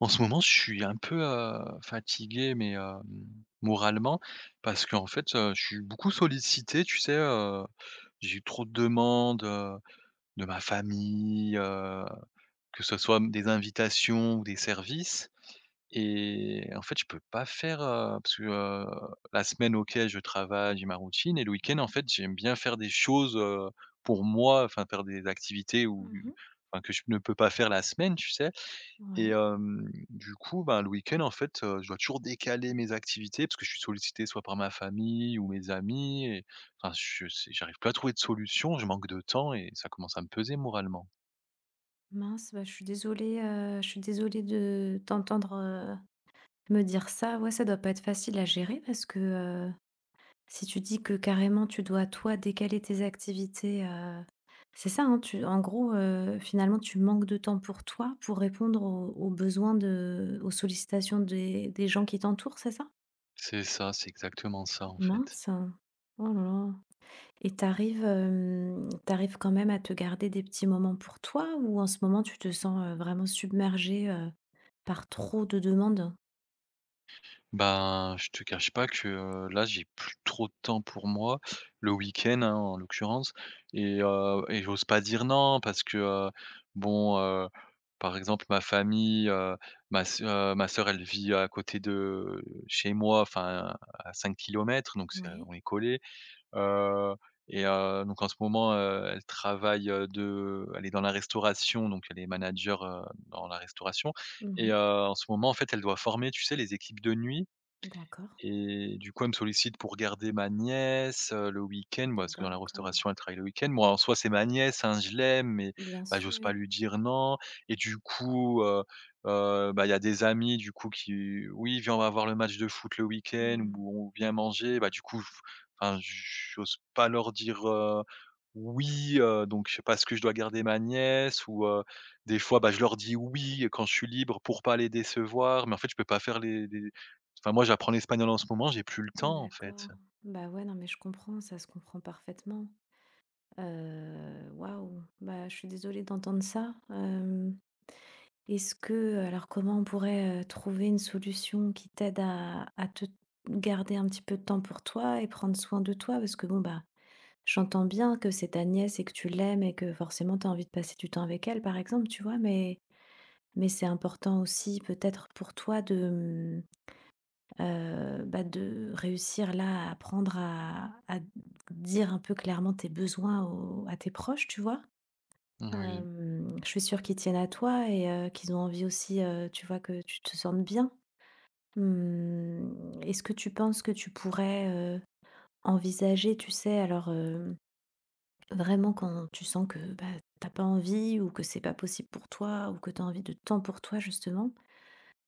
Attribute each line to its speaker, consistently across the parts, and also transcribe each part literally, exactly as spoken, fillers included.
Speaker 1: En ce moment, je suis un peu, heu, fatigué, mais, hem, moralement parce qu'en fait, heu, je suis beaucoup sollicité, tu sais? Heu, j'ai eu trop de demandes, de ma famille, heu, que ce soit des invitations ou des services. Et en fait, je peux pas faire, heu, parce que, heu, la semaine, OK, je travaille, j'ai ma routine, et le week-end, en fait, j'aime bien faire des choses, heu, pour moi, enfin faire des activités où
Speaker 2: Mmh mh.
Speaker 1: enfin que je ne peux pas faire la semaine, tu sais? Et
Speaker 2: Ouais.
Speaker 1: hem, du coup, ben, le week-end, en fait, heu, je dois toujours décaler mes activités parce que je suis sollicité soit par ma famille ou mes amis. Enfin, je sais j'arrive plus à trouver de solution, je manque de temps et ça commence à me peser moralement.
Speaker 2: Mince, bah, je suis désolée, heu, je suis désolée de t'entendre, heu, me dire ça. Ouais, ça doit pas être facile à gérer parce que, heu, si tu dis que carrément tu dois toi décaler tes activités, heu, c'est ça, hein? Tu en gros, heu, finalement tu manques de temps pour toi, pour répondre aux aux besoins de aux sollicitations des des gens qui t'entourent, c'est ça?
Speaker 1: C'est ça, c'est exactement ça, en fait.
Speaker 2: Mince. Oh là là. Et tu arrives, hem, tu arrives quand même à te garder des petits moments pour toi ou en ce moment tu te sens, heu, vraiment submergée, heu, par trop de demandes?
Speaker 1: Ben, je te cache pas que, heu, là, j'ai plus trop de temps pour moi, le week-end, hein, en l'occurrence, et heu et j'ose pas dire non parce que, heu, bon, heu, par exemple, ma famille, heu, ma s heu, ma sœur, elle vit à côté de chez moi, enfin, à cinq kilomètres, donc c'est
Speaker 2: Oui.
Speaker 1: on est collés. Heu et heu, donc en ce moment, heu, elle travaille, heu, de elle est dans la restauration, donc elle est manager, heu, dans la restauration, et
Speaker 2: Mmh.
Speaker 1: heu, en ce moment, en fait, elle doit former, tu sais, les équipes de nuit,
Speaker 2: D'accord,
Speaker 1: et du coup, elle me sollicite pour garder ma nièce, heu, le week-end, bah, parce que dans la
Speaker 2: d'accord.
Speaker 1: restauration, elle travaille le week-end. Moi, en soi, c'est ma nièce, hein, je l'aime, mais
Speaker 2: Bien
Speaker 1: bah, j'ose
Speaker 2: sûr.
Speaker 1: pas lui dire non. Et du coup, heu heu, bah, il y a des amis, du coup, qui: «Oui, viens, on va voir le match de foot le week-end»
Speaker 2: Mmh.
Speaker 1: ou «On vient manger». Bah, du coup, je enfin, j'ose pas leur dire, heu, oui, heu, donc je sais pas, ce que je dois garder ma nièce ou, heu, des fois, bah, je leur dis oui quand je suis libre pour pas les décevoir, mais en fait, je peux pas faire les les enfin moi j'apprends l'espagnol en ce moment, j'ai plus le temps en fait.
Speaker 2: D'accord. Bah, ouais, non, mais je comprends, ça se comprend parfaitement. Heu, waouh! Bah, je suis désolée d'entendre ça. Est-ce que, alors comment on pourrait, heu, trouver une solution qui t'aide à à te garder un petit peu de temps pour toi et prendre soin de toi? Parce que bon, bah, j'entends bien que c'est ta nièce et que tu l'aimes et que forcément tu as envie de passer du temps avec elle par exemple, tu vois? Mais mais c'est important aussi peut-être pour toi de, mmh, bah, de réussir là à apprendre à à dire un peu clairement tes besoins au à tes proches, tu vois?
Speaker 1: Oui,
Speaker 2: Hem, je suis sûre qu'ils tiennent à toi et heu, qu'ils ont envie aussi, heu, tu vois, que tu te sentes bien. Mmh, est-ce que tu penses que tu pourrais, heu, envisager, tu sais, alors, hem, vraiment quand tu sens que, bah, tu pas envie ou que c'est pas possible pour toi ou que tu as envie de temps pour toi justement,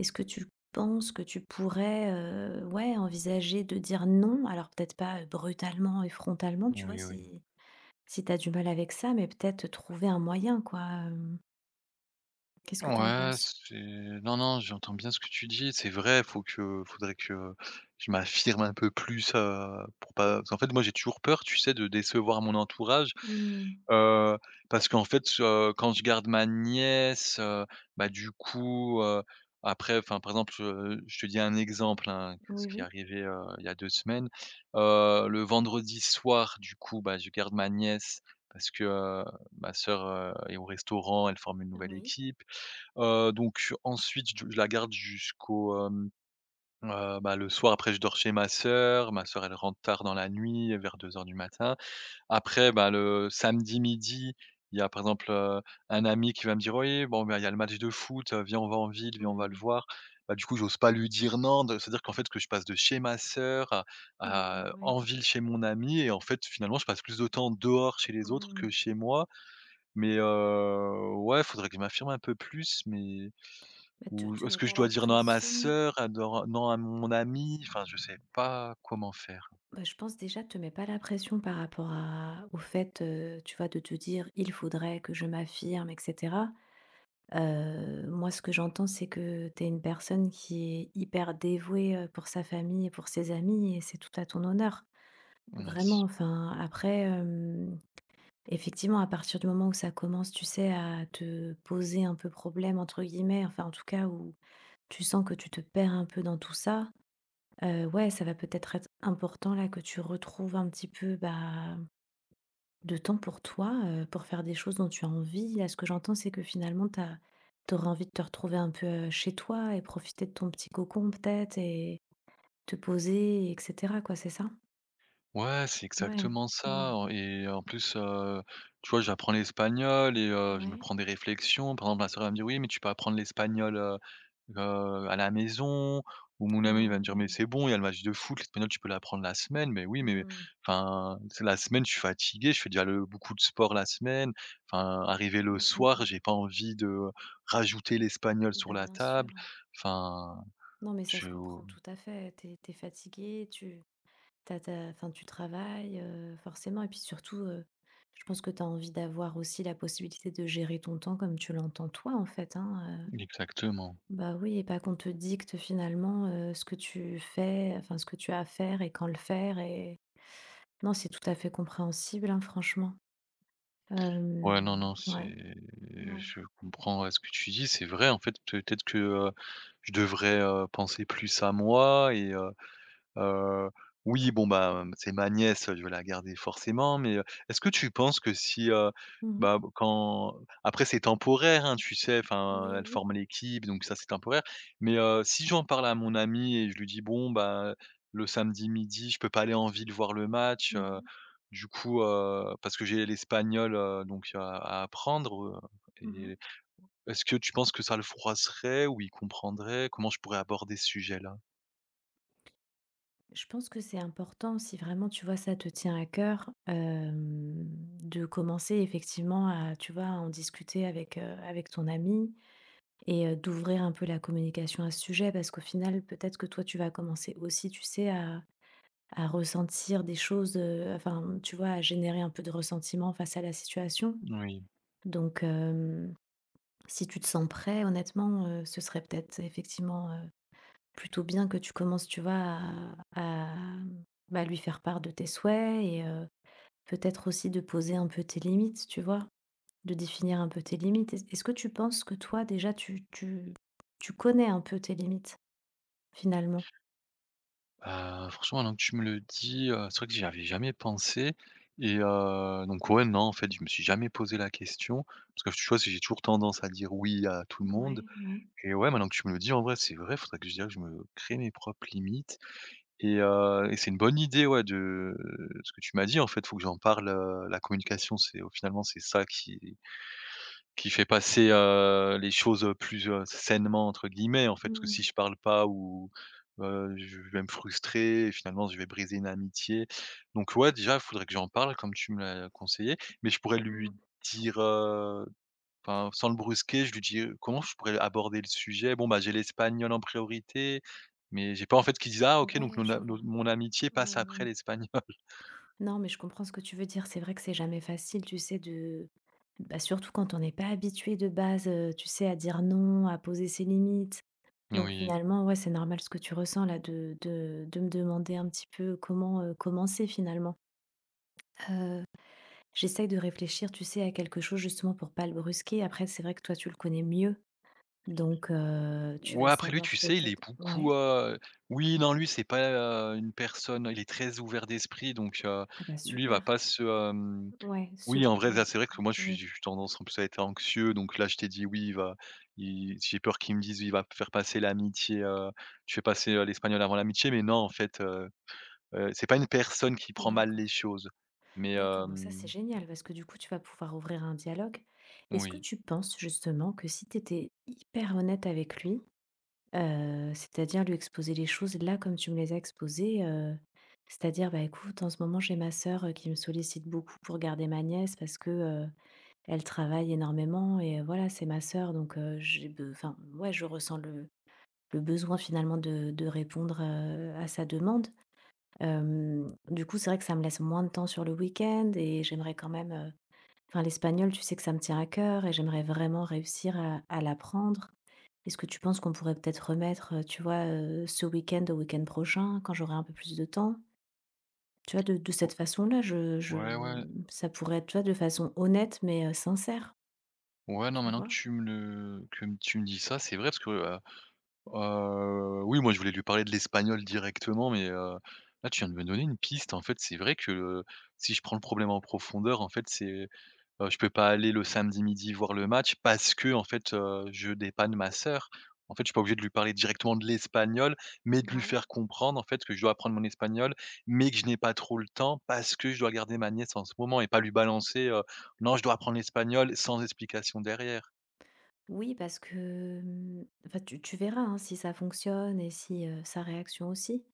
Speaker 2: est-ce que tu penses que tu pourrais, heu, ouais, envisager de dire non? Alors peut-être pas, brutalement et frontalement, tu vois,
Speaker 1: oui, oui.
Speaker 2: si si tu as du mal avec ça, mais peut-être trouver un moyen quoi, hem, qu'est-ce que tu en
Speaker 1: Ouais,
Speaker 2: penses?
Speaker 1: c'est non, non, j'entends bien ce que tu dis. C'est vrai, faut que faudrait que je m'affirme un peu plus, heu, pour pas parce qu'en fait, moi, j'ai toujours peur, tu sais, de décevoir mon entourage,
Speaker 2: Mmh.
Speaker 1: heu, parce qu'en fait, heu, quand je garde ma nièce, heu, bah, du coup, heu, après, enfin, par exemple, heu, je te dis un exemple, hein, que ce
Speaker 2: Oui,
Speaker 1: qui est
Speaker 2: oui,
Speaker 1: arrivé, heu, il y a deux semaines. Heu, le vendredi soir, du coup, bah, je garde ma nièce parce que, heu, ma sœur, heu, est au restaurant, elle forme une nouvelle
Speaker 2: oui.
Speaker 1: équipe. Heu, donc ensuite je je la garde jusqu'au, hem, heu, bah, le soir. Après je dors chez ma sœur. Ma sœur elle rentre tard dans la nuit, vers deux heures du matin. Après, bah, le samedi midi, il y a par exemple, heu, un ami qui va me dire: «Oui, bon, bah, il y a le match de foot, heu, viens on va en ville, viens on va le
Speaker 2: Mmh.
Speaker 1: voir». Bah, du coup j'ose pas lui dire non, de c'est-à-dire qu'en fait que je passe de chez ma sœur à
Speaker 2: Ouais,
Speaker 1: à
Speaker 2: ouais.
Speaker 1: en ville chez mon ami et en fait finalement je passe plus de temps dehors chez les autres
Speaker 2: Mmh.
Speaker 1: que chez moi. Mais, heu, ouais, faudrait que je m'affirme un peu plus. Mais
Speaker 2: Bah, te
Speaker 1: ou
Speaker 2: te
Speaker 1: est-ce
Speaker 2: mets
Speaker 1: que je
Speaker 2: pas
Speaker 1: dois
Speaker 2: la
Speaker 1: dire non à ma
Speaker 2: pression.
Speaker 1: sœur, à dor non à mon ami? Enfin, je sais pas comment faire.
Speaker 2: Bah, je pense déjà, te mets pas la pression par rapport à au fait, heu, tu vois, de te dire: «Il faudrait que je m'affirme» et cetera. Heu, moi, ce que j'entends, c'est que tu es une personne qui est hyper dévouée, heu, pour sa famille et pour ses amis et c'est tout à ton honneur. Vraiment,
Speaker 1: Merci.
Speaker 2: enfin, après, effectivement, à partir du moment où ça commence, tu sais, à te poser un peu problème, entre guillemets, enfin en tout cas où tu sens que tu te perds un peu dans tout ça, heu, ouais, ça va peut-être être important là que tu retrouves un petit peu, bah, de temps pour toi, heu, pour faire des choses dont tu as envie. Là, ce que j'entends, c'est que finalement, tu as envie de te retrouver un peu, heu, chez toi et profiter de ton petit cocon peut-être et te poser et cetera quoi, c'est ça?
Speaker 1: Ouais, c'est
Speaker 2: Ouais.
Speaker 1: exactement
Speaker 2: Mmh.
Speaker 1: ça, en et en plus, heu, tu vois, j'apprends l'espagnol et heu, je me
Speaker 2: Ouais.
Speaker 1: prends des réflexions. Par exemple, ma sœur va me dire: «Oui, mais tu peux apprendre l'espagnol, heu heu, à la maison», ou mon ami
Speaker 2: Oh
Speaker 1: va me dire: «Mais
Speaker 2: ouais.
Speaker 1: c'est bon, il y a le match de foot, l'espagnol, tu peux l'apprendre la semaine». Mais oui, mais
Speaker 2: Mmh.
Speaker 1: enfin, c'est la semaine, je suis fatigué, je fais déjà le beaucoup de sport la semaine. Enfin, arrivé le
Speaker 2: Mmh, mmh
Speaker 1: soir,
Speaker 2: mh.
Speaker 1: j'ai pas envie de rajouter l'espagnol sur
Speaker 2: Bah,
Speaker 1: la
Speaker 2: bien sûr.
Speaker 1: table. Enfin,
Speaker 2: Non, mais ça
Speaker 1: je
Speaker 2: se comprend tout à fait. T'es es Tu fatigué, tu t'as t'as enfin, tu travailles, heu, forcément et puis surtout, heu, je pense que t'as envie d'avoir aussi la possibilité de gérer ton temps comme tu l'entends toi, en fait, hein, heu,
Speaker 1: exactement.
Speaker 2: bah, oui et pas qu'on te dicte finalement, heu, ce que tu fais, enfin, ce que tu as à faire et quand le faire et non, c'est tout à fait compréhensible, hein, franchement.
Speaker 1: Ouais, non,
Speaker 2: Hem,
Speaker 1: non, c'est
Speaker 2: ouais, ouais.
Speaker 1: je comprends, heu, ce que tu dis, c'est vrai, en fait, peut-être que, heu, je devrais, heu, penser plus à moi et heu Heu, oui, bon, bah, c'est ma nièce, je vais la garder forcément, mais, heu, est-ce que tu penses que si, heu,
Speaker 2: Mmh.
Speaker 1: bah, quand après c'est temporaire, hein, tu sais,
Speaker 2: Oui,
Speaker 1: enfin,
Speaker 2: oui,
Speaker 1: elle
Speaker 2: oui.
Speaker 1: forme l'équipe, donc ça, c'est temporaire. Mais, heu, si j'en parle à mon ami et je lui dis: «Bon, bah, le samedi midi, je peux pas aller en ville voir le match, heu,
Speaker 2: Mmh.
Speaker 1: du coup, heu, parce que j'ai l'espagnol, heu, donc, heu, à apprendre», heu
Speaker 2: Mmh.
Speaker 1: et est-ce que tu penses que ça le froisserait ou il comprendrait? Comment je pourrais aborder ce sujet-là?
Speaker 2: Je pense que c'est important si vraiment, tu vois, ça te tient à cœur, hem, de commencer effectivement à, tu vois, à en discuter avec, heu, avec ton ami et heu, d'ouvrir un peu la communication à ce sujet. Parce qu'au final, peut-être que toi, tu vas commencer aussi, tu sais, à à ressentir des choses, heu, enfin, tu vois, à générer un peu de ressentiment face à la situation.
Speaker 1: Oui.
Speaker 2: Donc, hem, si tu te sens prêt, honnêtement, heu, ce serait peut-être effectivement, plutôt bien que tu commences, tu vois, à à, mmh, bah, lui faire part de tes souhaits et heu, peut-être aussi de poser un peu tes limites, tu vois? De définir un peu tes limites. Est est-ce que tu penses que toi déjà tu tu tu connais un peu tes limites, finalement?
Speaker 1: Heu, franchement, maintenant que tu me le dis, heu, c'est vrai que j'y avais jamais pensé, et heu, donc ouais, non, en fait, je me suis jamais posé la question parce que tu vois, j'ai toujours tendance à dire «oui» à tout le monde.
Speaker 2: Ouais, ouais.
Speaker 1: Et ouais, maintenant que tu me le dis, en vrai, c'est vrai, faudrait que je dirais que je me crée mes propres limites. Et heu et c'est une bonne idée, ouais, de ce que tu m'as dit, en fait, faut que j'en parle, heu, la communication, c'est finalement, c'est ça qui qui fait passer, heu, les choses, plus, heu, «sainement» entre guillemets, en fait. Parce que
Speaker 2: Mmh.
Speaker 1: si je parle pas ou, heu, je vais me frustrer et finalement je vais briser une amitié. Donc ouais, déjà, il faudrait que j'en parle comme tu me l'as conseillé. Mais je pourrais
Speaker 2: Mmh.
Speaker 1: lui dire, heu, enfin, sans le brusquer, je lui dis, comment je pourrais aborder le sujet? Bon, bah, j'ai l'espagnol en priorité, mais j'ai pas, en fait, qu'il dise: «Ah OK, donc
Speaker 2: Ouais,
Speaker 1: mon a
Speaker 2: je
Speaker 1: no
Speaker 2: vois.
Speaker 1: mon amitié passe
Speaker 2: Ouais,
Speaker 1: après
Speaker 2: ouais.
Speaker 1: l'espagnol».
Speaker 2: Non, mais je comprends ce que tu veux dire. C'est vrai que c'est jamais facile, tu sais, de bah, surtout quand on n'est pas habitué de base, heu, tu sais, à dire non, à poser ses limites. Donc
Speaker 1: Oui.
Speaker 2: finalement, ouais, c'est normal ce que tu ressens là de de de me demander un petit peu comment, heu, commencer finalement. Heu J'essaye de réfléchir, tu sais, à quelque chose justement pour pas le brusquer. Après, c'est vrai que toi, tu le connais mieux, donc heu, tu vas
Speaker 1: Ouais, après lui,
Speaker 2: savoir
Speaker 1: tu sais, il est
Speaker 2: peut-être
Speaker 1: beaucoup,
Speaker 2: ouais?
Speaker 1: heu oui, non, lui, c'est pas, heu, une personne il est très ouvert d'esprit, donc heu,
Speaker 2: Ah bah
Speaker 1: lui, il va
Speaker 2: super.
Speaker 1: pas se, hem
Speaker 2: Ouais, ce
Speaker 1: oui, en vrai, là,
Speaker 2: oui,
Speaker 1: c'est vrai que moi, je suis
Speaker 2: oui,
Speaker 1: je suis tendance en plus à être anxieux, donc là, je t'ai dit: «Oui, il va il» j'ai peur qu'il me dise: «Il va faire passer l'amitié, heu, tu fais passer, heu, l'espagnol avant l'amitié», mais non, en fait, heu heu, c'est pas une personne qui prend mal
Speaker 2: d'accord.
Speaker 1: les choses. Mais
Speaker 2: D'accord, bon ça c'est
Speaker 1: hem,
Speaker 2: génial parce que du coup tu vas pouvoir ouvrir un dialogue. Est-ce que
Speaker 1: oui.
Speaker 2: tu penses justement que si tu étais hyper honnête avec lui, euh, c'est-à-dire lui exposer les choses là comme tu me les as exposées, euh, c'est-à-dire bah écoute, en ce moment j'ai ma sœur euh, qui me sollicite beaucoup pour garder ma nièce parce que euh, elle travaille énormément et euh, voilà c'est ma sœur donc euh, j'ai, be- enfin ouais je ressens le, le besoin finalement de, de répondre euh, à sa demande. Euh, du coup, c'est vrai que ça me laisse moins de temps sur le week-end et j'aimerais quand même euh, enfin, l'espagnol, tu sais que ça me tient à cœur et j'aimerais vraiment réussir à à l'apprendre. Est-ce que tu penses qu'on pourrait peut-être remettre, heu, tu vois, heu, ce week-end au week-end prochain, quand j'aurai un peu plus de temps? Tu vois, de de cette façon-là, je je,
Speaker 1: Ouais, ouais.
Speaker 2: mmh, ça pourrait être, tu vois, de façon honnête mais heu, sincère,
Speaker 1: Ouais, non,
Speaker 2: tu
Speaker 1: maintenant que
Speaker 2: vois?
Speaker 1: tu me le que tu me dis ça, c'est vrai parce que Heu, oui, moi, je voulais lui parler de l'espagnol directement, mais, heu, là, tu viens de me donner une piste. En fait, c'est vrai que, heu, si je prends le problème en profondeur, en fait, c'est, heu, je peux pas aller le samedi midi voir le match parce que en fait, heu, je dépanne ma sœur. En fait, je suis pas obligé de lui parler directement de l'espagnol, mais de lui
Speaker 2: Ouais.
Speaker 1: faire comprendre, en fait, que je dois apprendre mon espagnol, mais que je n'ai pas trop le temps parce que je dois garder ma nièce en ce moment et pas lui balancer, heu: «Non, je dois apprendre l'espagnol» sans explication derrière.
Speaker 2: Oui, parce que, mmh, enfin, tu tu verras, hein, si ça fonctionne et si, heu, sa réaction aussi.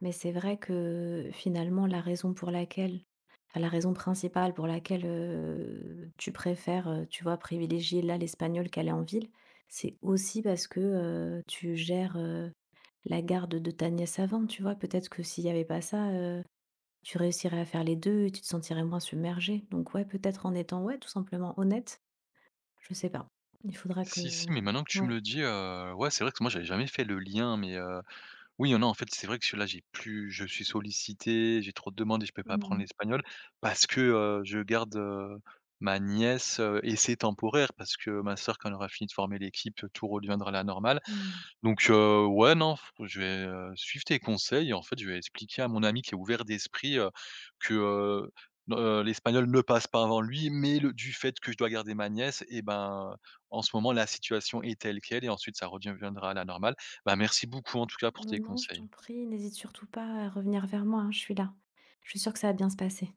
Speaker 2: Mais c'est vrai que finalement, la raison pour laquelle enfin, la raison principale pour laquelle, heu, tu préfères, heu, tu vois, privilégier là l'espagnol qu'aller en ville, c'est aussi parce que, heu, tu gères, heu, la garde de ta nièce avant, tu vois? Peut-être que s'il y avait pas ça, heu, tu réussirais à faire les deux et tu te sentirais moins submergée. Donc ouais, peut-être en étant, ouais, tout simplement honnête, je sais pas. Il faudra
Speaker 1: Si, si,
Speaker 2: que
Speaker 1: mais maintenant que tu me
Speaker 2: ouais.
Speaker 1: le dis, heu, ouais, c'est vrai que moi j'avais jamais fait le lien, mais heu, oui, non, en fait, c'est vrai que là, j'ai plus je suis sollicité, j'ai trop de demandes et je peux pas
Speaker 2: Mmh
Speaker 1: apprendre
Speaker 2: mh.
Speaker 1: l'espagnol parce que, heu, je garde, heu, ma nièce, heu et c'est temporaire parce que ma sœur, quand elle aura fini de former l'équipe, tout redeviendra à la normale.
Speaker 2: Mmh.
Speaker 1: Donc heu, ouais, non, f je vais, heu, suivre tes conseils et en fait, je vais expliquer à mon ami qui est ouvert d'esprit, heu, que, heu, ne heu, l'espagnol ne passe pas avant lui, mais le du fait que je dois garder ma nièce et ben, en ce moment, la situation est telle quelle et ensuite ça reviendra à la normale. Bah, merci beaucoup en tout cas pour
Speaker 2: Bah,
Speaker 1: tes
Speaker 2: non, je
Speaker 1: conseils.
Speaker 2: t'en prie, n'hésite surtout pas à revenir vers moi, hein, je suis là. Je suis sûre que ça va bien se passer.